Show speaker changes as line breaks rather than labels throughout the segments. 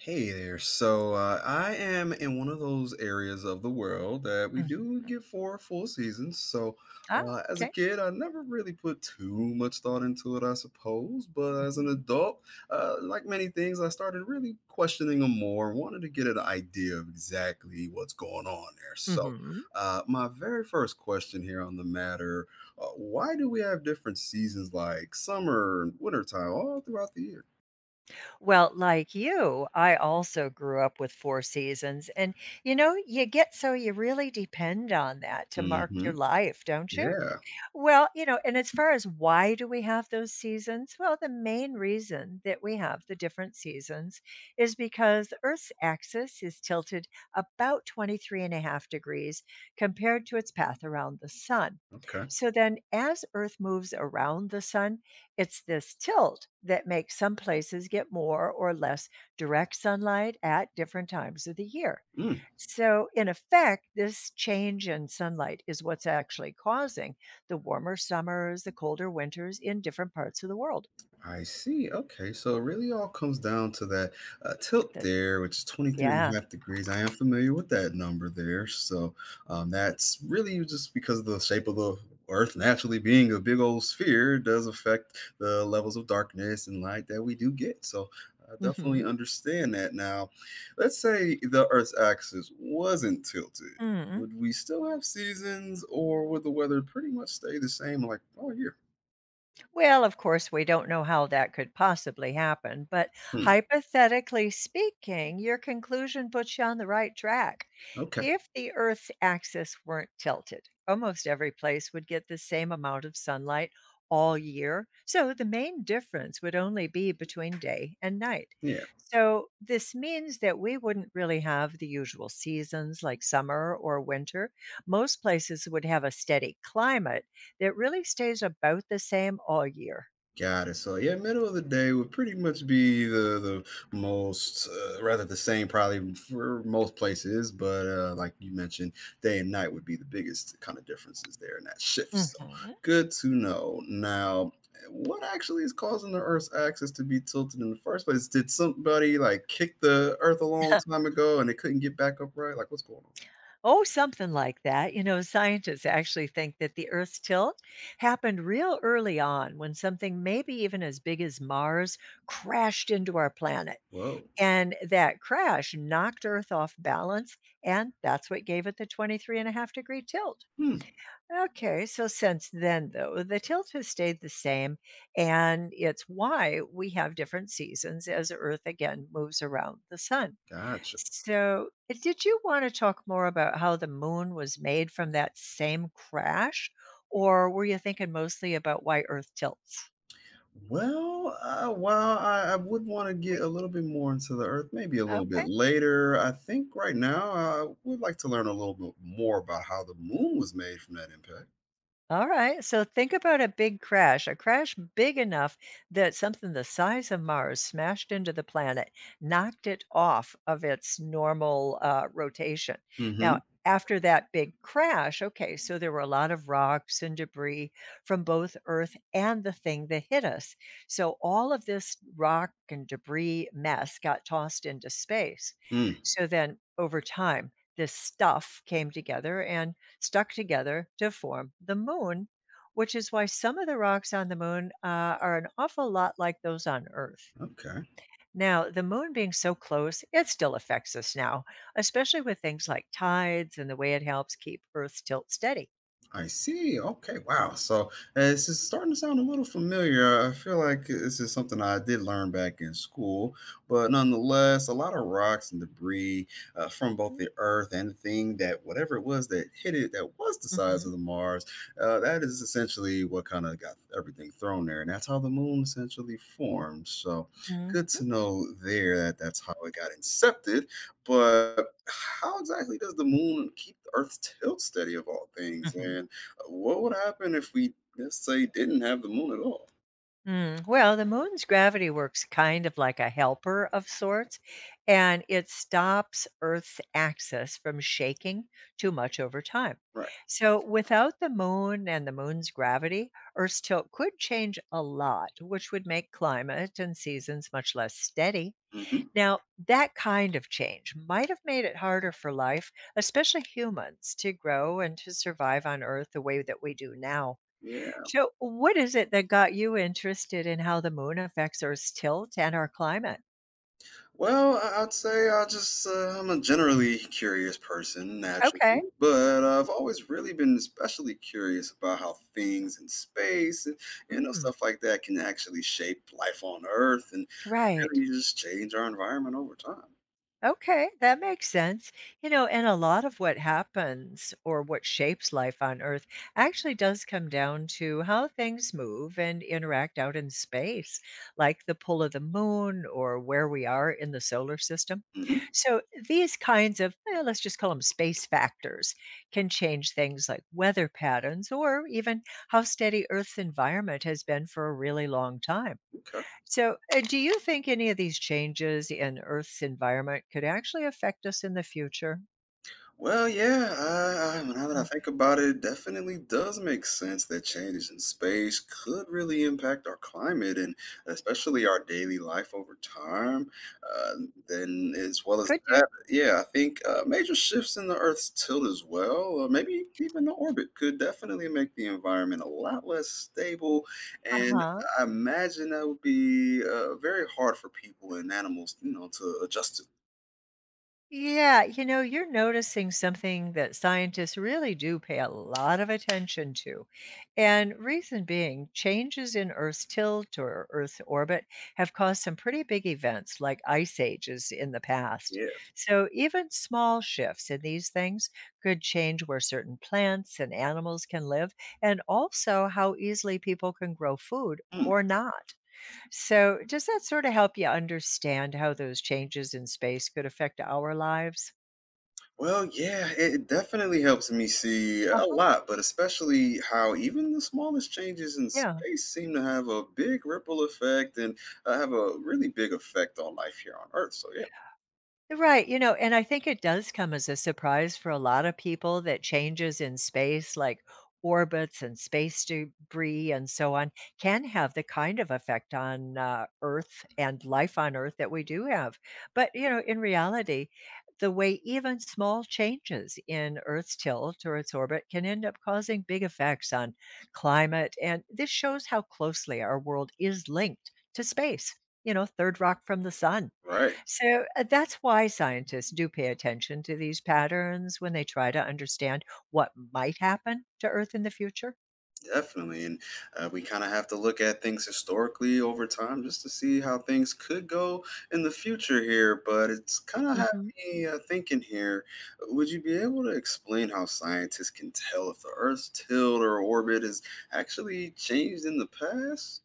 Hey there. So I am in one of those areas of the world that we
Mhm.
do get four full seasons. So
Ah,
as a
okay.
kid, I never really put too much thought into it, I suppose. But as an
Mhm,
adult, like many things, I started really questioning them more, wanted to get an idea of exactly what's going on there. So
mhm.
my very first question here on the matter: Why do we have different seasons like summer and wintertime all throughout the year?
Well, like you, I also grew up with four seasons, and you get so you really depend on that to mark your
Hmm.
life, don't you?
Yeah.
Well, and as far as why do we have those seasons? Well, the main reason that we have the different seasons is because the Earth's axis is tilted about 23.5 degrees compared to its path around the sun.
Okay.
So then, as Earth moves around the sun, it's this tilt that makes some places get more or less direct sunlight at different times of the year.
Mm.
So, in effect, this change in sunlight is what's actually causing the warmer summers, the colder winters in different parts of the world.
I see. Okay. So it really all comes down to that tilt
That
there, which is twenty-three and
Yeah.
a half degrees. I am familiar with that number there. So that's really just because of the shape of the Earth naturally being a big old sphere does affect the levels of darkness and light that we do get. So I definitely
Mhm.
understand that. Now, let's say the Earth's axis wasn't tilted.
Mm,
Would we still have seasons or would the weather pretty much stay the same like all year?
Well, of course, we don't know how that could possibly happen, but
Hmm.
hypothetically speaking, your conclusion puts you on the right track.
Okay.
If the Earth's axis weren't tilted, almost every place would get the same amount of sunlight all year. So the main difference would only be between day and night.
Yeah.
So this means that we wouldn't really have the usual seasons like summer or winter. Most places would have a steady climate that really stays about the same all year.
Got it. So yeah, middle of the day would pretty much be the most rather the same probably for most places, but like you mentioned, day and night would be the biggest kind of differences there in that shift. So
Mhm.
good to know. Now, what actually is causing the Earth's axis to be tilted in the first place? Did somebody like kick the Earth a long time ago and it couldn't get back upright? Like what's going on?
Oh, something like that. You know, scientists actually think that the Earth's tilt happened real early on when something maybe even as big as Mars crashed into our planet.
Whoa.
And that crash knocked Earth off balance, and that's what gave it the 23.5-degree tilt.
Hmm.
Okay, so since then, though, the tilt has stayed the same, and it's why we have different seasons as Earth again moves around the sun.
Gotcha.
So, did you wanna talk more about how the moon was made from that same crash, or were you thinking mostly about why Earth tilts?
Well, while I would want to get a little bit more into the earth, maybe a little bit
Okay.
later. I think right now I would like to learn a little bit more about how the moon was made from that impact.
Alright, so think about a big crash, a crash big enough that something the size of Mars smashed into the planet, knocked it off of its normal, rotation. Now,
Mm-hmm.
after that big crash, okay, so there were a lot of rocks and debris from both Earth and the thing that hit us. So all of this rock and debris mess got tossed into space.
Mm.
So then over time, this stuff came together and stuck together to form the moon, which is why some of the rocks on the moon are an awful lot like those on Earth.
Okay.
Now, the moon being so close, it still affects us now, especially with things like tides and the way it helps keep Earth's tilt steady.
I see. Okay. Wow. So this is starting to sound a little familiar. I feel like this is something I did learn back in school, but nonetheless, a lot of rocks and debris from both
Hmm.
the Earth and the thing that whatever it was that hit it that was the size
Hmm.
of the Mars, that is essentially what kind of got everything thrown there, and that's how the moon essentially formed. So
Hmm.
good to know there that that's how it got incepted, but how exactly does the moon keep the Earth's tilt steady of all things?
Hmm.
And what would happen if we, let's say, didn't have the moon at all?
Mm, well, the moon's gravity works kind of like a helper of sorts, and it stops Earth's axis from shaking too much over time.
Right.
So, without the moon and the moon's gravity, Earth's tilt could change a lot, which would make climate and seasons much less steady.
Mm-hmm.
Now, that kind of change might have made it harder for life, especially humans, to grow and to survive on Earth the way that we do now.
Yeah.
So, what is it that got you interested in how the moon affects Earth's tilt and our climate?
Well, I'd say I just I'm a generally curious person naturally,
Okay.
but I've always really been especially curious about how things in space and
Mm,
stuff like that can actually shape life on Earth and
right.
really just change our environment over time.
Okay, that makes sense. You know, and a lot of what happens or what shapes life on Earth actually does come down to how things move and interact out in space, like the pull of the moon or where we are in the solar system.
Hmm.
So, these kinds of, let's just call them space factors, can change things like weather patterns or even how steady Earth's environment has been for a really long time.
Okay.
So, do you think any of these changes in Earth's environment could actually affect us in the future?
Well, yeah, now that I
Mm.
think about it, it definitely does make sense that changes in space could really impact our climate and especially our daily life over time. Uh, then, as well as
Could do.
that, yeah, I think major shifts in the Earth's tilt as well, or maybe even the orbit, could definitely make the environment a lot less stable.
Uh
And
huh.
I imagine that would be very hard for people and animals, you know, to adjust to.
Yeah, you know, you're noticing something that scientists really do pay a lot of attention to. And reason being, changes in Earth's tilt or Earth's orbit have caused some pretty big events like ice ages in the past.
Yeah.
So even small shifts in these things could change where certain plants and animals can live and also how easily people can grow food
Hmm.
or not. So, does that sort of help you understand how those changes in space could affect our lives?
Well, yeah, it definitely helps me see a
Uh-huh.
lot, but especially how even the smallest changes in
Yeah.
space seem to have a big ripple effect and have a really big effect on life here on Earth. So, yeah,
Right, you know, and I think it does come as a surprise for a lot of people that changes in space, like orbits and space debris and so on, can have the kind of effect on Earth and life on Earth that we do have. But, you know, in reality, the way even small changes in Earth's tilt or its orbit can end up causing big effects on climate. And this shows how closely our world is linked to space, you know, third rock from the sun.
right.
So, that's why scientists do pay attention to these patterns when they try to understand what might happen to Earth in the future.
Definitely. And we kind of have to look at things historically over time just to see how things could go in the future here. But it's kind of had
Mhm.
me thinking here. Would you be able to explain how scientists can tell if the Earth's tilt or orbit is actually changed in the past?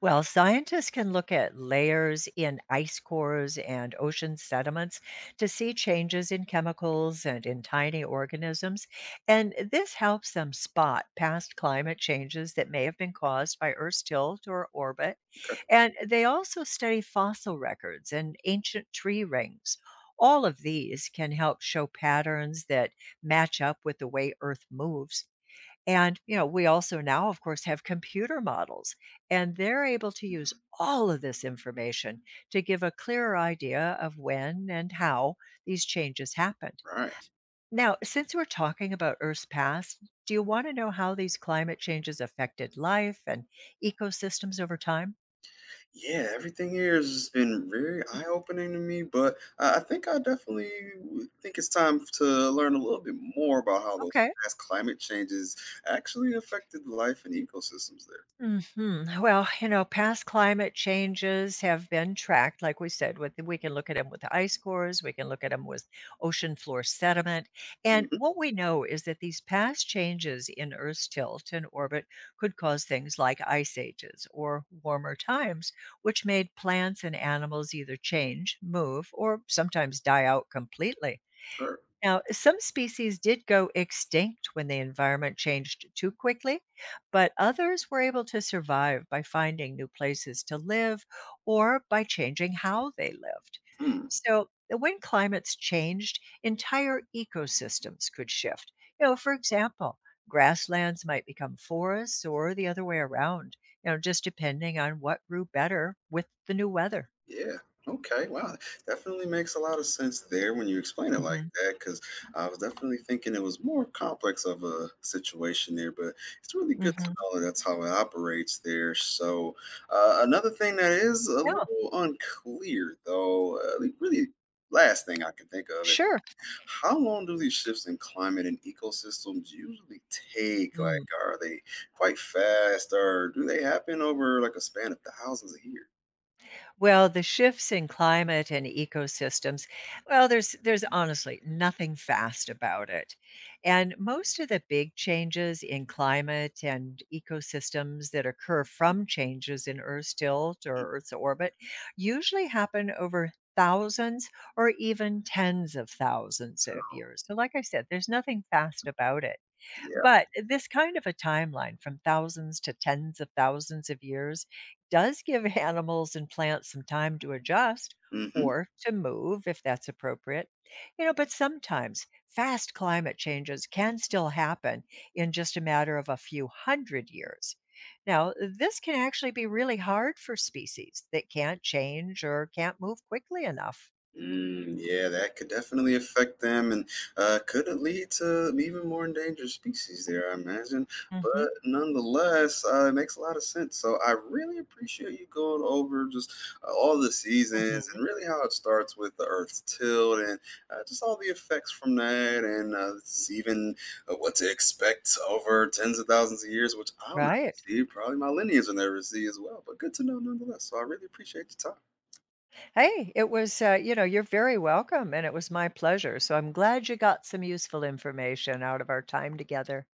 Well, scientists can look at layers in ice cores and ocean sediments to see changes in chemicals and in tiny organisms. And this helps them spot past climate changes that may have been caused by Earth's tilt or orbit.
Okay.
And they also study fossil records and ancient tree rings. All of these can help show patterns that match up with the way Earth moves. And, you know, we also now, of course, have computer models, and they're able to use all of this information to give a clearer idea of when and how these changes happened.
Right.
Now, since we're talking about Earth's past, do you want to know how these climate changes affected life and ecosystems over time?
Yeah, everything here has been very
Mhm.
eye-opening to me, but I think I definitely would think it's time to learn a little bit more about how those
Okay.
past climate changes actually affected life and ecosystems there.
Mhm. Well, you know, past climate changes have been tracked, like we said, with we can look at them with the ice cores, we can look at them with ocean floor sediment. And
Hmm
what we know is that these past changes in Earth's tilt and orbit could cause things like ice ages or warmer times, which made plants and animals either change, move, or sometimes die out completely.
Sure.
Now, some species did go extinct when the environment changed too quickly, but others were able to survive by finding new places to live or by changing how they lived.
Hmm.
So, when climates changed, entire ecosystems could shift. You know, for example, grasslands might become forests or the other way around, you know, just depending on what grew better with the new weather.
Yeah. Okay. Wow. Definitely makes a lot of sense there when you explain it like
Hmm.
that, because I was definitely thinking it was more complex of a situation there, but it's really good to
Hmm.
know that that's how it operates there. So, another thing that is a
Yeah,
little unclear, though, the really last thing I can think of, it-
sure.
how long do these shifts in climate and ecosystems usually take? Like, are they quite fast, or do they happen over like a span of thousands of years?
Well, the shifts in climate and ecosystems, well, there's honestly nothing fast about it. And most of the big changes in climate and ecosystems that occur from changes in Earth's tilt or Earth's orbit usually happen over thousands or even tens of thousands
Uh,
of years. So like I said, there's nothing fast about it.
Yeah.
But this kind of a timeline from thousands to tens of thousands of years does give animals and plants some time to adjust
Mhm.
or to move if that's appropriate. You know, but sometimes fast climate changes can still happen in just a matter of a few hundred years. Now, this can actually be really hard for species that can't change or can't move quickly enough.
Mm, yeah, that could definitely affect them and could it lead to even more endangered species there, I imagine. But
Hmm.
nonetheless, it makes a lot of sense. So I really appreciate you going over just all the seasons
Hmm.
and really how it starts with the Earth's tilt and just all the effects from that and it's even what to expect over tens of thousands of years, which I'll never
Right.
see. Probably my lineage will never see as well. But good to know nonetheless. So I really appreciate your time.
Hey, it was, you're very welcome, and it was my pleasure. So I'm glad you got some useful information out of our time together.